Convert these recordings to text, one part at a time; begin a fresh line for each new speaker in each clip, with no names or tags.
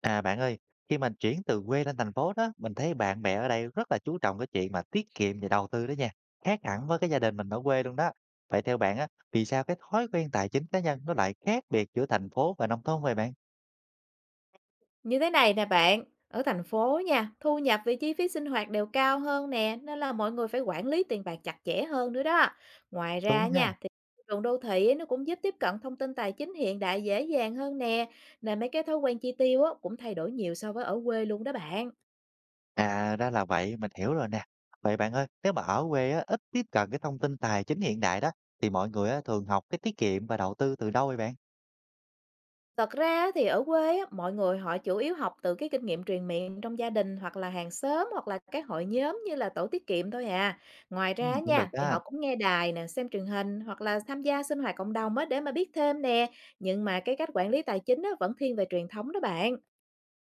À, bạn ơi, khi mình chuyển từ quê lên thành phố đó, mình thấy bạn bè ở đây rất là chú trọng cái chuyện mà tiết kiệm và đầu tư đó nha. Khác hẳn với cái gia đình mình ở quê luôn đó. Vậy theo bạn á, vì sao cái thói quen tài chính cá nhân nó lại khác biệt giữa thành phố và nông thôn vậy bạn?
Như thế này nè bạn, ở thành phố nha, thu nhập và chi phí sinh hoạt đều cao hơn nè, nên là mọi người phải quản lý tiền bạc chặt chẽ hơn nữa đó. Ngoài
Đúng
ra
ha.
nha, thì đường đô thị ấy, nó cũng giúp tiếp cận thông tin tài chính hiện đại dễ dàng hơn nè, nên mấy cái thói quen chi tiêu á, cũng thay đổi nhiều so với ở quê luôn đó bạn.
À, ra là vậy, mình hiểu rồi nè. Vậy bạn ơi, nếu mà ở quê á, ít tiếp cận cái thông tin tài chính hiện đại đó, thì mọi người á, thường học cái tiết kiệm và đầu tư từ đâu vậy bạn?
Thật ra á thì ở quê á, mọi người họ chủ yếu học từ cái kinh nghiệm truyền miệng trong gia đình hoặc là hàng xóm hoặc là các hội nhóm như là tổ tiết kiệm thôi à. Ngoài
Ừ,
ra
cũng được
nha, thì họ
đó.
cũng nghe đài nè, xem truyền hình hoặc là tham gia sinh hoạt cộng đồng á để mà biết thêm nè. Nhưng mà cái cách quản lý tài chính á vẫn thiên về truyền thống đó bạn.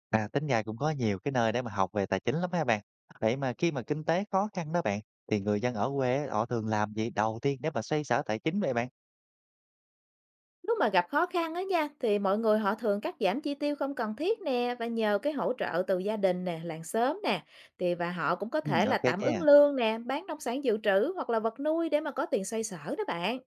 À, tính ra cũng có nhiều cái nơi để mà học về tài chính lắm ha bạn. Vậy mà khi mà kinh tế khó khăn đó bạn, thì người dân ở quê á, họ thường làm gì đầu tiên để mà xoay sở tài chính vậy bạn?
Lúc mà gặp khó khăn á nha, thì mọi người họ thường cắt giảm chi tiêu không cần thiết nè, và nhờ cái hỗ trợ từ gia đình nè, làng xóm nè. Thì và họ cũng có
Ừ,
thể là
ok
tạm ứng
nha.
lương nè, bán nông sản dự trữ hoặc là vật nuôi để mà có tiền xoay sở đó bạn.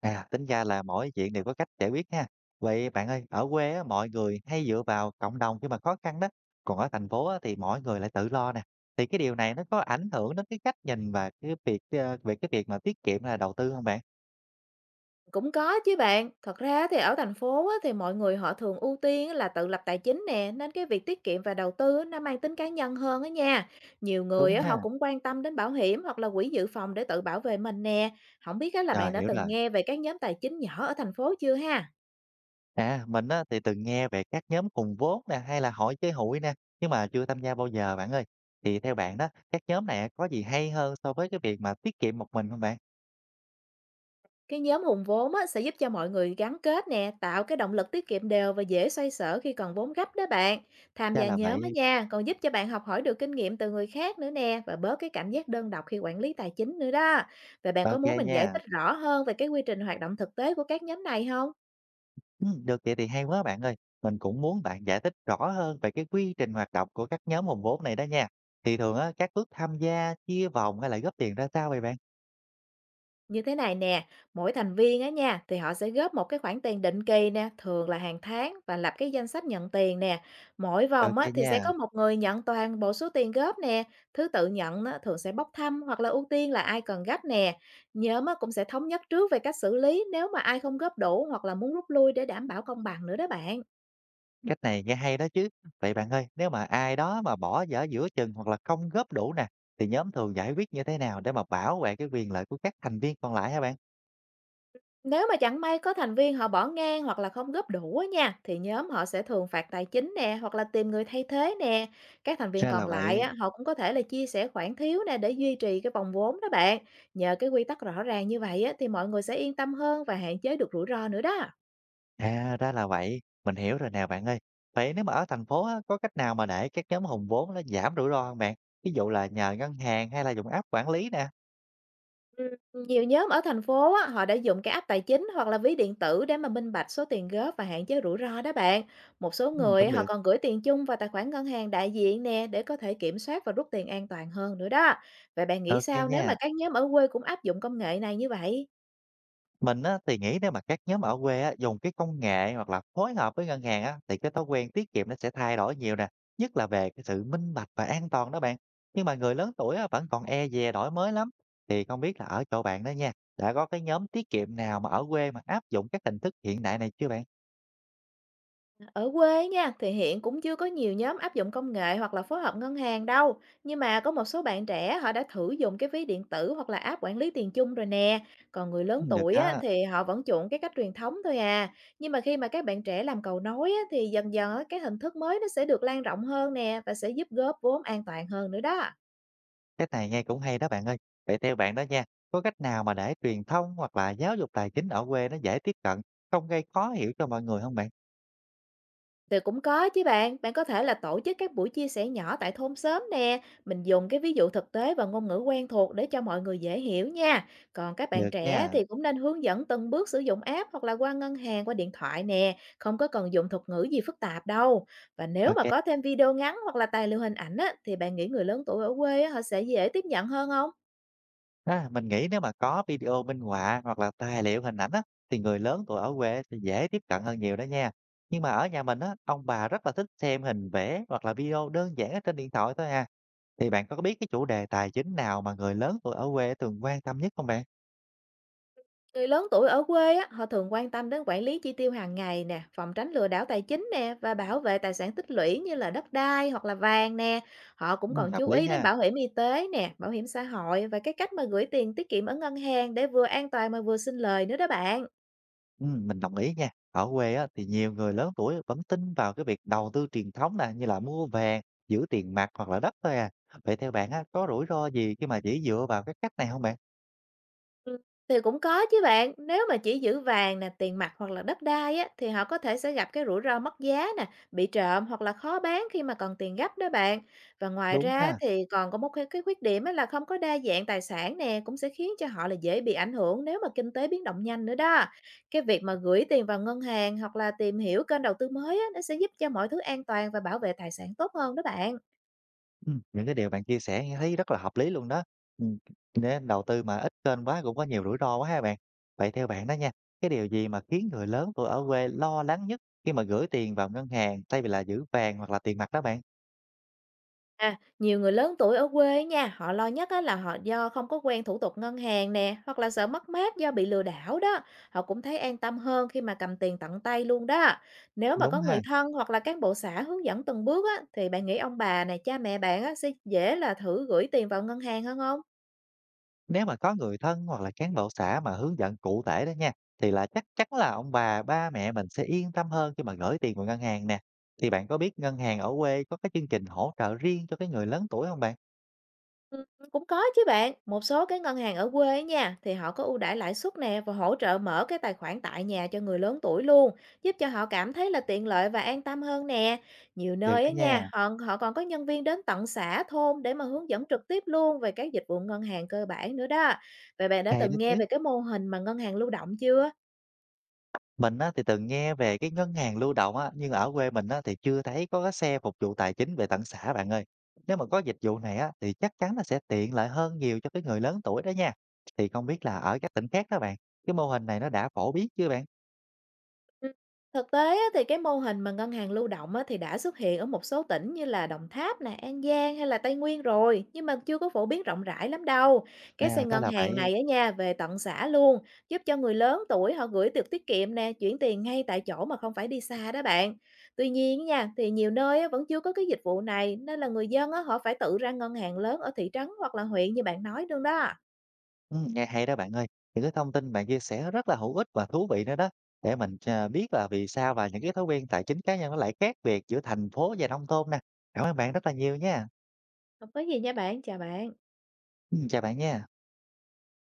À, tính ra là mỗi chuyện đều có cách giải quyết ha. Vậy bạn ơi, ở quê á, mọi người hay dựa vào cộng đồng khi mà khó khăn đó. Còn ở thành phố á, thì mỗi người lại tự lo nè. Thì cái điều này nó có ảnh hưởng đến cái cách nhìn và cái việc về cái việc mà tiết kiệm là đầu tư không bạn?
Cũng có chứ bạn, thật ra thì ở thành phố á, thì mọi người họ thường ưu tiên là tự lập tài chính nè, nên cái việc tiết kiệm và đầu tư á, nó mang tính cá nhân hơn á nha. Nhiều người
Đúng
á,
ha.
họ cũng quan tâm đến bảo hiểm hoặc là quỹ dự phòng để tự bảo vệ mình nè. Không biết á, là bạn
Rồi,
đã
hiểu
từng
rồi.
nghe về các nhóm tài chính nhỏ ở thành phố chưa ha?
À, mình á, thì từng nghe về các nhóm cùng vốn nè hay là hội chơi hụi nè nhưng mà chưa tham gia bao giờ bạn ơi. Thì theo bạn đó, các nhóm này có gì hay hơn so với cái việc mà tiết kiệm một mình không bạn?
Cái nhóm hùng vốn á, sẽ giúp cho mọi người gắn kết nè, tạo cái động lực tiết kiệm đều và dễ xoay sở khi cần vốn gấp đó bạn. Tham
Chắc
gia
là
nhóm á
vậy.
nha, còn giúp cho bạn học hỏi được kinh nghiệm từ người khác nữa nè, và bớt cái cảm giác đơn độc khi quản lý tài chính nữa đó. Vậy bạn có
Ok
muốn mình giải
nha.
thích rõ hơn về cái quy trình hoạt động thực tế của các nhóm này không?
Ừ, được vậy thì hay quá bạn ơi. Mình cũng muốn bạn giải thích rõ hơn về cái quy trình hoạt động của các nhóm hùng vốn này đó nha. Thì thường á, các bước tham gia, chia vòng hay là góp tiền ra sao vậy bạn?
Như thế này nè, mỗi thành viên á nha thì họ sẽ góp một cái khoản tiền định kỳ nè, thường là hàng tháng, và lập cái danh sách nhận tiền nè. Mỗi vòng
Ok
á thì sẽ
nha.
có một người nhận toàn bộ số tiền góp nè, thứ tự nhận á, thường sẽ bốc thăm hoặc là ưu tiên là ai cần gấp nè. Nhóm á cũng sẽ thống nhất trước về cách xử lý nếu mà ai không góp đủ hoặc là muốn rút lui, để đảm bảo công bằng nữa đó bạn.
Cách này nghe hay đó chứ. Vậy bạn ơi, nếu mà ai đó mà bỏ dở giữa chừng hoặc là không góp đủ nè, thì nhóm thường giải quyết như thế nào để mà bảo vệ cái quyền lợi của các thành viên còn lại hả bạn?
Nếu mà chẳng may có thành viên họ bỏ ngang hoặc là không góp đủ á nha, thì nhóm họ sẽ thường phạt tài chính nè, hoặc là tìm người thay thế nè. Các thành viên
Ra là
còn lại
vậy.
á, họ cũng có thể là chia sẻ khoản thiếu nè để duy trì cái vòng vốn đó bạn. Nhờ cái quy tắc rõ ràng như vậy á, thì mọi người sẽ yên tâm hơn và hạn chế được rủi ro nữa đó.
À, ra là vậy. Mình hiểu rồi nè bạn ơi. Vậy nếu mà ở thành phố á, có cách nào mà để các nhóm hùng vốn nó giảm rủi ro không bạn? Ví dụ là nhờ ngân hàng hay là dùng app quản lý nè.
Nhiều nhóm ở thành phố á, họ đã dùng cái app tài chính hoặc là ví điện tử để mà minh bạch số tiền góp và hạn chế rủi ro đó bạn. Một số
Ừ,
người
cũng
họ
được.
còn gửi tiền chung vào tài khoản ngân hàng đại diện nè, để có thể kiểm soát và rút tiền an toàn hơn nữa đó. Vậy bạn nghĩ
Ok
sao nếu mà
nha.
các nhóm ở quê cũng áp dụng công nghệ này như vậy?
Mình á, thì nghĩ nếu mà các nhóm ở quê á, dùng cái công nghệ hoặc là phối hợp với ngân hàng á, thì cái thói quen tiết kiệm nó sẽ thay đổi nhiều nè, nhất là về cái sự minh bạch và an toàn đó bạn. Nhưng mà người lớn tuổi á, vẫn còn e dè đổi mới lắm. Thì không biết là ở chỗ bạn đó nha, đã có cái nhóm tiết kiệm nào mà ở quê mà áp dụng các hình thức hiện đại này chưa bạn?
Ở quê nha, thì hiện cũng chưa có nhiều nhóm áp dụng công nghệ hoặc là phối hợp ngân hàng đâu. Nhưng mà có một số bạn trẻ họ đã thử dùng cái ví điện tử hoặc là app quản lý tiền chung rồi nè. Còn người lớn
Ừ, được
tuổi á,
đó,
thì họ vẫn chuộng cái cách truyền thống thôi à. Nhưng mà khi mà các bạn trẻ làm cầu nối á, thì dần dần á, cái hình thức mới nó sẽ được lan rộng hơn nè, và sẽ giúp góp vốn an toàn hơn nữa đó.
cái này nghe cũng hay đó bạn ơi. Vậy theo bạn đó nha, có cách nào mà để truyền thông hoặc là giáo dục tài chính ở quê nó dễ tiếp cận, không gây khó hiểu cho mọi người không bạn?
Thì cũng có chứ bạn, bạn có thể là tổ chức các buổi chia sẻ nhỏ tại thôn xóm nè, mình dùng cái ví dụ thực tế và ngôn ngữ quen thuộc để cho mọi người dễ hiểu nha. Còn các bạn
Được
trẻ
nha,
thì cũng nên hướng dẫn từng bước sử dụng app hoặc là qua ngân hàng, qua điện thoại nè, không có cần dùng thuật ngữ gì phức tạp đâu. Và nếu mà
ok.
có thêm video ngắn hoặc là tài liệu hình ảnh á, thì bạn nghĩ người lớn tuổi ở quê á, họ sẽ dễ tiếp nhận hơn không?
À mình nghĩ nếu mà có video minh họa hoặc là tài liệu hình ảnh á, thì người lớn tuổi ở quê thì dễ tiếp cận hơn nhiều đó nha. Nhưng mà ở nhà mình á, ông bà rất là thích xem hình vẽ hoặc là video đơn giản ở trên điện thoại thôi à. Thì bạn có biết cái chủ đề tài chính nào mà người lớn tuổi ở quê thường quan tâm nhất không bạn?
Người lớn tuổi ở quê á, họ thường quan tâm đến quản lý chi tiêu hàng ngày nè, phòng tránh lừa đảo tài chính nè, và bảo vệ tài sản tích lũy như là đất đai hoặc là vàng nè. Họ cũng
Ừ,
còn
hợp
chú
lý
ý đến
ha.
bảo hiểm y tế nè, bảo hiểm xã hội và cái cách mà gửi tiền tiết kiệm ở ngân hàng, để vừa an toàn mà vừa sinh lời nữa đó bạn.
Ừ, mình đồng ý nha. Ở quê á, thì nhiều người lớn tuổi vẫn tin vào cái việc đầu tư truyền thống nè, như là mua vàng, giữ tiền mặt hoặc là đất thôi à. Vậy theo bạn á, có rủi ro gì khi mà chỉ dựa vào cái cách này không bạn?
Ừm, thì cũng có chứ bạn, nếu mà chỉ giữ vàng nè, tiền mặt hoặc là đất đai á, thì họ có thể sẽ gặp cái rủi ro mất giá nè, bị trộm hoặc là khó bán khi mà cần tiền gấp đó bạn. Và ngoài
Đúng
ra
ha.
thì còn có một cái khuyết điểm á là không có đa dạng tài sản nè, cũng sẽ khiến cho họ là dễ bị ảnh hưởng nếu mà kinh tế biến động nhanh nữa đó. Cái việc mà gửi tiền vào ngân hàng hoặc là tìm hiểu kênh đầu tư mới á, nó sẽ giúp cho mọi thứ an toàn và bảo vệ tài sản tốt hơn đó bạn.
Những cái điều bạn chia sẻ nghe thấy rất là hợp lý luôn đó. Ừm, nên đầu tư mà ít kênh quá cũng có nhiều rủi ro quá ha bạn. Vậy theo bạn đó nha, cái điều gì mà khiến người lớn tuổi ở quê lo lắng nhất khi mà gửi tiền vào ngân hàng thay vì là giữ vàng hoặc là tiền mặt đó bạn?
À, nhiều người lớn tuổi ở quê ấy nha, họ lo nhất á là họ do không có quen thủ tục ngân hàng nè, hoặc là sợ mất mát do bị lừa đảo đó. Họ cũng thấy an tâm hơn khi mà cầm tiền tận tay luôn đó. Nếu mà
Đúng
có người
ha,
thân hoặc là cán bộ xã hướng dẫn từng bước á, thì bạn nghĩ ông bà này, cha mẹ bạn á, sẽ dễ là thử gửi tiền vào ngân hàng hơn không?
nếu mà có người thân hoặc là cán bộ xã mà hướng dẫn cụ thể đó nha, thì là chắc chắn là ông bà, ba mẹ mình sẽ yên tâm hơn khi mà gửi tiền vào ngân hàng nè. Thì bạn có biết ngân hàng ở quê có cái chương trình hỗ trợ riêng cho cái người lớn tuổi không bạn?
Ừm, cũng có chứ bạn, một số cái ngân hàng ở quê ấy nha, thì họ có ưu đãi lãi suất nè và hỗ trợ mở cái tài khoản tại nhà cho người lớn tuổi luôn, giúp cho họ cảm thấy là tiện lợi và an tâm hơn nè. Nhiều
Được
nơi
đó
á
nha.
nha, họ họ còn có nhân viên đến tận xã thôn để mà hướng dẫn trực tiếp luôn về các dịch vụ ngân hàng cơ bản nữa đó. Vậy bạn đã
Hay đó
từng nghe
chứ.
về cái mô hình mà ngân hàng lưu động chưa?
Mình á, thì từng nghe về cái ngân hàng lưu động á, nhưng ở quê mình á, thì chưa thấy có cái xe phục vụ tài chính về tận xã bạn ơi. Nếu mà có dịch vụ này á, thì chắc chắn là sẽ tiện lợi hơn nhiều cho cái người lớn tuổi đó nha. Thì không biết là ở các tỉnh khác đó bạn, cái mô hình này nó đã phổ biến chưa bạn?
Ừm, thực tế á thì cái mô hình mà ngân hàng lưu động á thì đã xuất hiện ở một số tỉnh như là Đồng Tháp nè, An Giang hay là Tây Nguyên rồi, nhưng mà chưa có phổ biến rộng rãi lắm đâu. Cái xe
À, đó
ngân
là
hàng
vậy.
này ở nhà về tận xã luôn, giúp cho người lớn tuổi họ gửi được tiết kiệm nè, chuyển tiền ngay tại chỗ mà không phải đi xa đó bạn. Tuy nhiên nha, thì nhiều nơi á vẫn chưa có cái dịch vụ này, nên là người dân á họ phải tự ra ngân hàng lớn ở thị trấn hoặc là huyện như bạn nói luôn đó.
Ừ, nghe hay đó bạn ơi. Những cái thông tin bạn chia sẻ rất là hữu ích và thú vị nữa đó. Để mình biết là vì sao và những cái thói quen tài chính cá nhân nó lại khác biệt giữa thành phố và nông thôn nè. Cảm ơn bạn rất là nhiều nha.
Không có gì nha bạn, chào bạn.
Ừ, chào bạn nha.